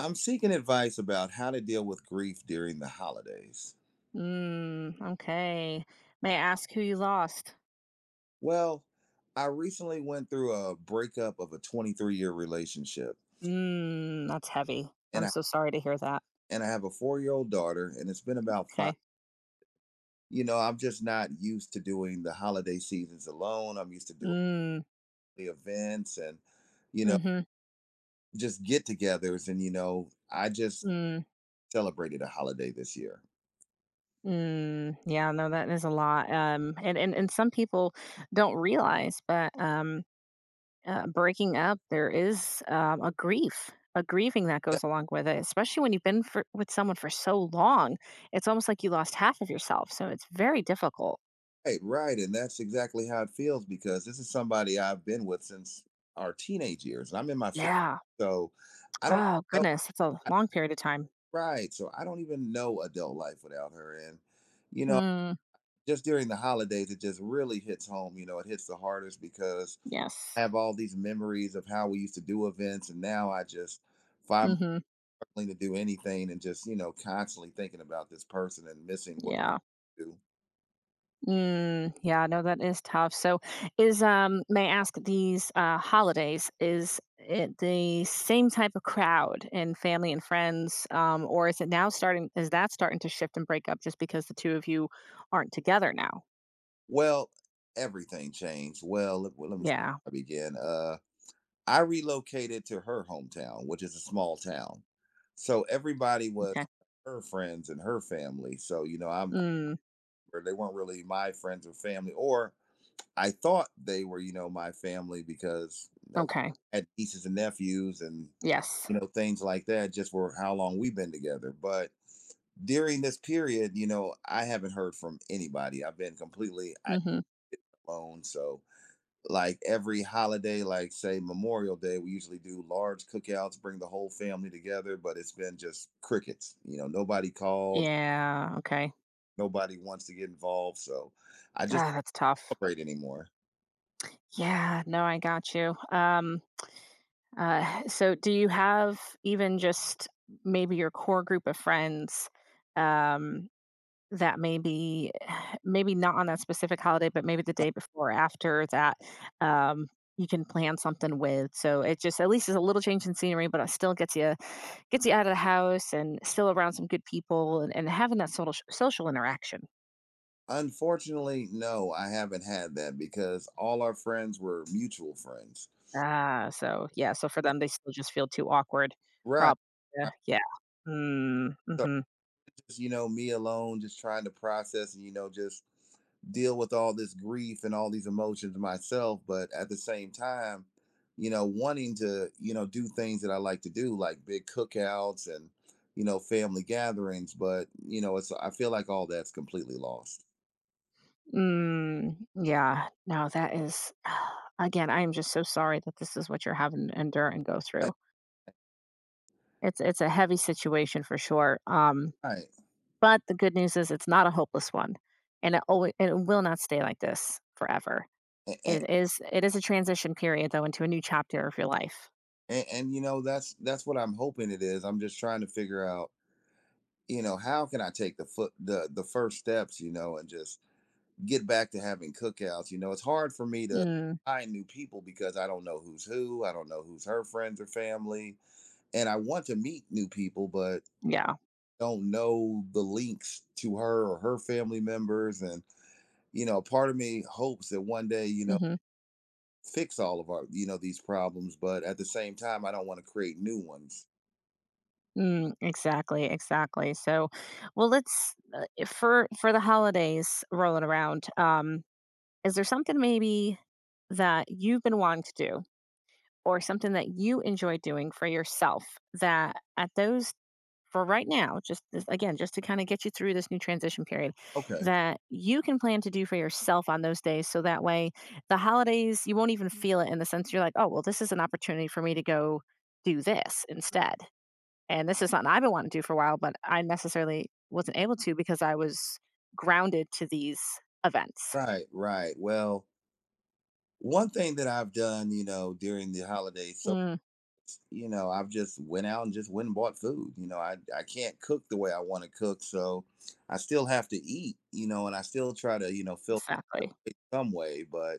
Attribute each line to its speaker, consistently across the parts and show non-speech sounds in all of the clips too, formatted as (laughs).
Speaker 1: I'm seeking advice about how to deal with grief during the holidays.
Speaker 2: Mm, okay. May I ask who you lost?
Speaker 1: Well, I recently went through a breakup of a 23-year relationship,
Speaker 2: Mm, that's heavy.
Speaker 1: and
Speaker 2: I'm
Speaker 1: I
Speaker 2: so sorry to hear that.
Speaker 1: and I have a 4 year old daughter, and it's been about five.
Speaker 2: Okay.
Speaker 1: You know, I'm just not used to doing the holiday seasons alone. I'm used to doing
Speaker 2: Mm,
Speaker 1: the events and you know
Speaker 2: mm-hmm.
Speaker 1: just get-togethers, and I just
Speaker 2: Mm,
Speaker 1: celebrated a holiday this year.
Speaker 2: mm. Yeah, no, that is a lot. And some people don't realize, but breaking up, there is a grieving that goes along with it, especially when you've with someone for so long. It's almost like you lost half of yourself. So it's very difficult.
Speaker 1: Right, right, and that's exactly how it feels because this is somebody I've been with since our teenage years, and I'm in my 40s,
Speaker 2: Yeah.
Speaker 1: so I don't
Speaker 2: Oh,
Speaker 1: know
Speaker 2: goodness. It's a long period of time.
Speaker 1: right, so I don't even know adult life without her, and, you know,
Speaker 2: Mm.
Speaker 1: just during the holidays, it just really hits home, it hits the hardest because I
Speaker 2: Yes.
Speaker 1: have all these memories of how we used to do events, and now I just find my
Speaker 2: Mhm.
Speaker 1: struggling to do anything and just, constantly thinking about this person and missing what
Speaker 2: Yeah.
Speaker 1: we do.
Speaker 2: Mm, yeah, no, that is tough. So is may I ask these holidays, is it the same type of crowd and family and friends? Or is it now starting is that starting to shift and break up just because the two of you aren't together now?
Speaker 1: Well, everything changed. Well, let me
Speaker 2: Yeah.
Speaker 1: I begin. I relocated to her hometown, which is a small town. So everybody was
Speaker 2: Okay.
Speaker 1: her friends and her family. So, I'm
Speaker 2: Mm.
Speaker 1: or they weren't really my friends or family, or I thought they were, my family because,
Speaker 2: Okay.
Speaker 1: I had nieces and nephews and,
Speaker 2: Yes.
Speaker 1: things like that just for how long we've been together. But during this period, I haven't heard from anybody. I've been completely
Speaker 2: Mm-hmm.
Speaker 1: alone. So like every holiday, like say Memorial Day, we usually do large cookouts, bring the whole family together, but it's been just crickets. You know, nobody called,
Speaker 2: Yeah. Okay.
Speaker 1: nobody wants to get involved. So I just
Speaker 2: Ah, that's tough.
Speaker 1: don't celebrate anymore.
Speaker 2: Yeah, no, I got you. So, do you have even just maybe your core group of friends um, that maybe, (sighs) maybe not on that specific holiday, but maybe the day before or after that um, you can plan something with? So it just at least is a little change in scenery, but it still gets you out of the house and still around some good people and, having that social interaction.
Speaker 1: Unfortunately, no, I haven't had that because all our friends were mutual friends.
Speaker 2: Ah, so yeah, so for them they still just feel too awkward.
Speaker 1: Right,
Speaker 2: Probably, yeah.
Speaker 1: right,
Speaker 2: Yeah. Mm,
Speaker 1: so
Speaker 2: mm-hmm.
Speaker 1: me alone, just trying to process and, just deal with all this grief and all these emotions myself. But at the same time, wanting to, do things that I like to do, like big cookouts and, family gatherings. But, I feel like all that's completely lost.
Speaker 2: Mm, yeah. No, that is, (sighs) again, I am just so sorry that this is what you're having to endure and go
Speaker 1: Right,
Speaker 2: through. It's a heavy situation for sure.
Speaker 1: right.
Speaker 2: But the good news is it's not a hopeless one, and it will not stay like this forever.
Speaker 1: A- a-
Speaker 2: It is a transition period though into a new chapter of your life.
Speaker 1: and, that's what I'm hoping it is. I'm just trying to figure out how can I take the foot the first steps, and just get back to having cookouts. You know, it's hard for me to
Speaker 2: Mm,
Speaker 1: find new people because I don't know who's who. I don't know who's her friends or family. And I want to meet new people, but
Speaker 2: yeah.
Speaker 1: don't know the links to her or her family members. And, part of me hopes that one day,
Speaker 2: Hmm.
Speaker 1: fix all of our, these problems. But at the same time, I don't want to create new ones.
Speaker 2: Mm, exactly. Exactly. So, well, let's for the holidays rolling around. Is there something maybe that you've been wanting to do or something that you enjoy doing for yourself that at those for right now, just again, just to kind of get you through this new transition period,
Speaker 1: Okay.
Speaker 2: that you can plan to do for yourself on those days. So that way, the holidays, you won't even feel it, in the sense you're like, oh, well, this is an opportunity for me to go do this instead. And this is something I've been wanting to do for a while, but I necessarily wasn't able to because I was grounded to these events.
Speaker 1: Right. Right. Well, one thing that I've done, during the holidays, so
Speaker 2: Mm,
Speaker 1: I've just went out and just went and bought food. You know, I can't cook the way I want to cook, so I still have to eat, and I still try to, fill
Speaker 2: exactly.
Speaker 1: it some way, but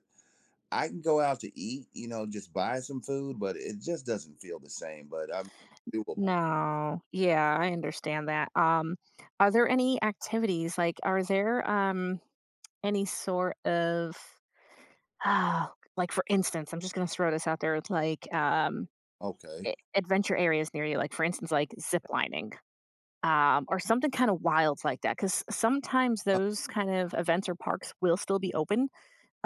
Speaker 1: I can go out to eat, just buy some food, but it just doesn't feel the same, but I'm doable.
Speaker 2: No. Yeah, I understand that. Are there any activities, like, are there, any sort of like, for instance, I'm just gonna throw this out there, like,
Speaker 1: Okay.
Speaker 2: a adventure areas near you, like, for instance, like, zip lining, or something kinda wild like that? Because sometimes
Speaker 1: Uh,
Speaker 2: those kind of events or parks will still be open,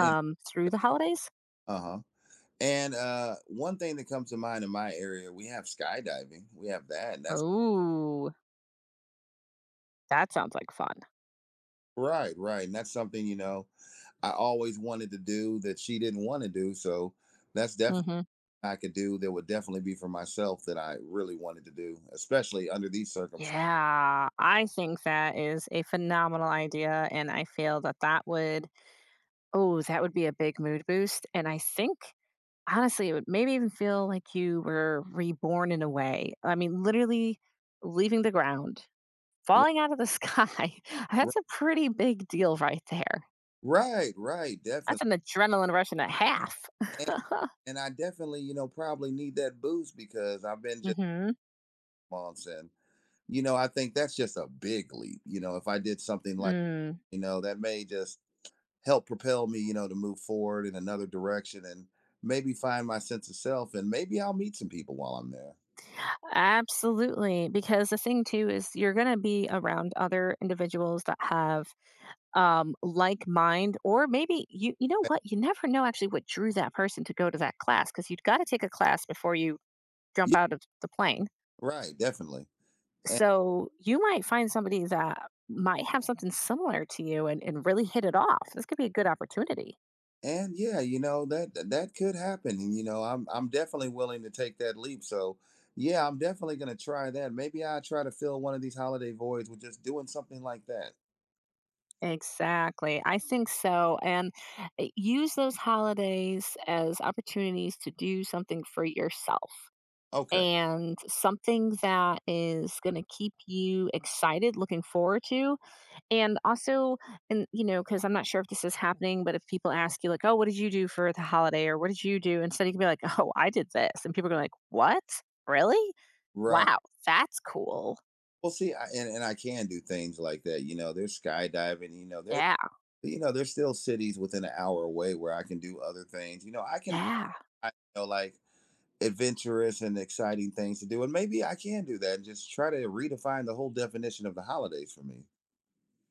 Speaker 1: and,
Speaker 2: through the holidays.
Speaker 1: uh-huh. And one thing that comes to mind in my area, we have skydiving. We have that. And that's
Speaker 2: Oh, that sounds like fun.
Speaker 1: right, right. And that's something, I always wanted to do that she didn't want to do, so that's definitely
Speaker 2: Mhm.
Speaker 1: I could do, there would definitely be for myself that I really wanted to do, especially under these circumstances.
Speaker 2: Yeah, I think that is a phenomenal idea. And I feel that that would, oh, that would be a big mood boost. And I think, honestly, it would maybe even feel like you were reborn in a way. I mean, literally leaving the ground,
Speaker 1: R-
Speaker 2: falling out of the sky. (laughs)
Speaker 1: r-
Speaker 2: That's a pretty big deal right there.
Speaker 1: Right, right,
Speaker 2: That's
Speaker 1: definitely.
Speaker 2: an adrenaline rush and a half. (laughs)
Speaker 1: And,
Speaker 2: Mm.
Speaker 1: and I definitely, probably need that boost because I've been just
Speaker 2: Hmm.
Speaker 1: months and, I think that's just a big leap. You know, if I did something like,
Speaker 2: Mm.
Speaker 1: that may just help propel me, to move forward in another direction and maybe find my sense of self and maybe I'll meet some people while I'm there.
Speaker 2: Absolutely. Because the thing, too, is you're going to be around other individuals that have like mind, or maybe you know
Speaker 1: Eh,
Speaker 2: what? You never know actually what drew that person to go to that class, because you've got to take a class before you jump
Speaker 1: Yeah,
Speaker 2: out of the plane.
Speaker 1: right, definitely.
Speaker 2: So you might find somebody that might have something similar to you and, really hit it off. This could be a good opportunity.
Speaker 1: And yeah, you know that that could happen. And you know, I'm definitely willing to take that leap. So yeah, I'm definitely gonna try that. Maybe I try to fill one of these holiday voids with just doing something like that.
Speaker 2: Exactly. I think so. And use those holidays as opportunities to do something for yourself
Speaker 1: Okay,
Speaker 2: and something that is going to keep you excited, looking forward to. And also, and you know, because I'm not sure if this is happening, but if people ask you, like, oh, what did you do for the holiday or what did you do? Instead, you can be like, oh, I did this. And people are like, what? Really?
Speaker 1: right.
Speaker 2: Wow, that's cool.
Speaker 1: Well, see, and I can do things like that. You know, there's skydiving.
Speaker 2: Yeah.
Speaker 1: You know there's still cities within an hour away where I can do other things. You know, I can
Speaker 2: Yeah.
Speaker 1: I you know like adventurous and exciting things to do, and maybe I can do that and just try to redefine the whole definition of the holidays for me.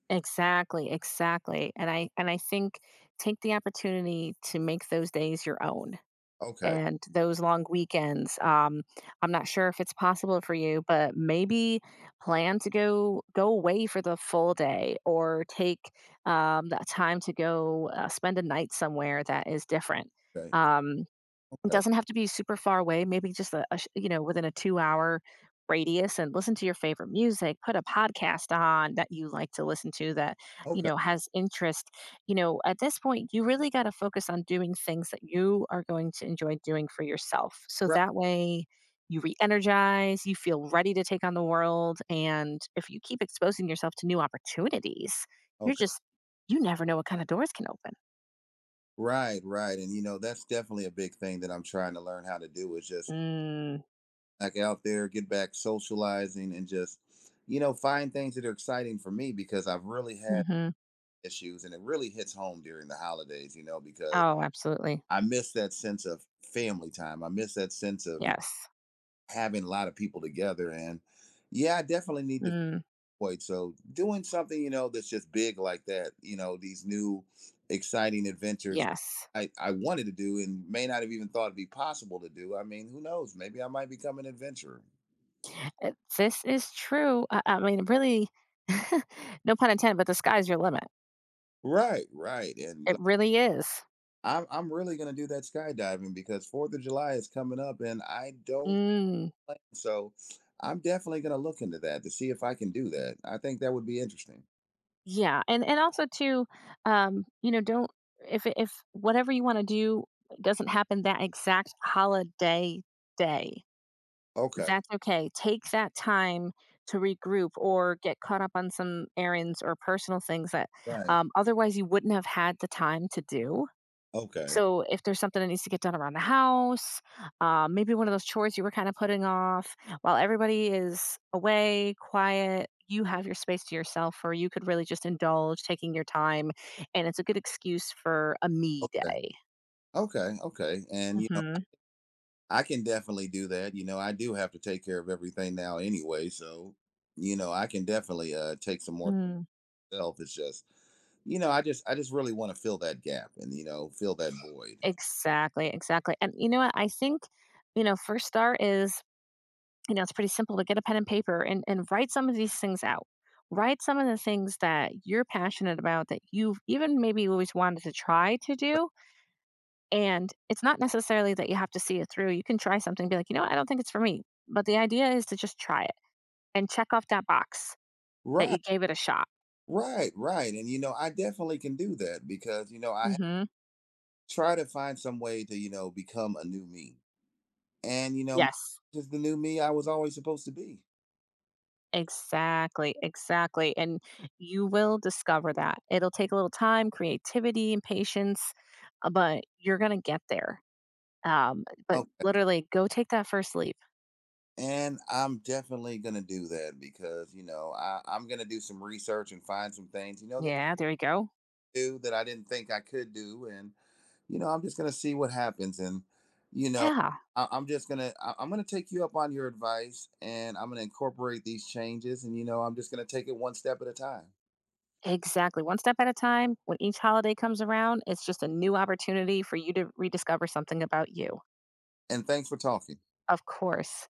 Speaker 2: Exactly. Exactly. And I think take the opportunity to make those days your own.
Speaker 1: Okay,
Speaker 2: And those long weekends. I'm not sure if it's possible for you, but maybe plan to go away for the full day or take that time to go spend a night somewhere that is different.
Speaker 1: okay,
Speaker 2: Um, it
Speaker 1: okay.
Speaker 2: doesn't have to be super far away, maybe just you know, within a 2-hour radius, and listen to your favorite music, put a podcast on that you like to listen to, that, you
Speaker 1: Okay.
Speaker 2: know, has interest. You know, at this point, you really got to focus on doing things that you are going to enjoy doing for yourself. So
Speaker 1: Right.
Speaker 2: that way you re-energize, you feel ready to take on the world, and if you keep exposing yourself to new opportunities, you're
Speaker 1: Okay.
Speaker 2: just you never know what kind of doors can open.
Speaker 1: Right, right. And you know, that's definitely a big thing that I'm trying to learn how to do is just
Speaker 2: Mm,
Speaker 1: like out there, get back socializing and just, find things that are exciting for me because I've really had
Speaker 2: mhm.
Speaker 1: issues and it really hits home during the holidays, because
Speaker 2: Oh, absolutely.
Speaker 1: I miss that sense of family time. I miss that sense of
Speaker 2: Yes.
Speaker 1: having a lot of people together. And yeah, I definitely need to
Speaker 2: Mm,
Speaker 1: quite so doing something, that's just big like that. These new exciting adventures
Speaker 2: yes.
Speaker 1: I wanted to do and may not have even thought it'd be possible to do. I mean, who knows, maybe I might become an adventurer.
Speaker 2: Uh, This is true. I mean, really, (laughs) no pun intended, but the sky's your limit.
Speaker 1: Right, right, and
Speaker 2: It
Speaker 1: like,
Speaker 2: really is.
Speaker 1: I'm really going to do that skydiving because Fourth of July is coming up and I don't
Speaker 2: Mm,
Speaker 1: plan, so I'm definitely going to look into that to see if I can do that. I think that would be interesting.
Speaker 2: yeah, and also too, you know, don't, if whatever you want to do doesn't happen that exact holiday day,
Speaker 1: Okay,
Speaker 2: that's okay. Take that time to regroup or get caught up on some errands or personal things that
Speaker 1: right,
Speaker 2: otherwise you wouldn't have had the time to do.
Speaker 1: okay,
Speaker 2: So if there's something that needs to get done around the house, maybe one of those chores you were kind of putting off, while everybody is away, quiet, you have your space to yourself, or you could really just indulge taking your time. And it's a good excuse for a me
Speaker 1: okay,
Speaker 2: day.
Speaker 1: okay, okay, and you know
Speaker 2: Hmm.
Speaker 1: I can definitely do that. You know, I do have to take care of everything now anyway, so I can definitely take some more
Speaker 2: Mm.
Speaker 1: self. It's just, I just really want to fill that gap and fill that void.
Speaker 2: Exactly, exactly. And you know what? I think, you know, first start is, you know, it's pretty simple to get a pen and paper and, write some of these things out. Write some of the things that you're passionate about that you've even maybe always wanted to try to do. And it's not necessarily that you have to see it through. You can try something, be like, you know what, I don't think it's for me. But the idea is to just try it and check off that box that
Speaker 1: Right.
Speaker 2: you gave it a shot.
Speaker 1: Right, right. And you know, I definitely can do that because you know,
Speaker 2: Hmm.
Speaker 1: try to find some way to, become a new me. And you know,
Speaker 2: Yes,
Speaker 1: this is the new me I was always supposed to be.
Speaker 2: exactly, exactly. And you will discover that. It'll take a little time, creativity, and patience, but you're going to get there. But
Speaker 1: Okay.
Speaker 2: literally, go take that first leap.
Speaker 1: And I'm definitely gonna do that because you know I'm gonna do some research and find some things. You know,
Speaker 2: Yeah, there you go.
Speaker 1: do that I didn't think I could do, and I'm just gonna see what happens, and you know,
Speaker 2: Yeah.
Speaker 1: I'm just gonna I'm gonna take you up on your advice, and I'm gonna incorporate these changes, and I'm just gonna take it one step at a time.
Speaker 2: Exactly. One step at a time. When each holiday comes around, it's just a new opportunity for you to rediscover something about you.
Speaker 1: And thanks for talking.
Speaker 2: Of course.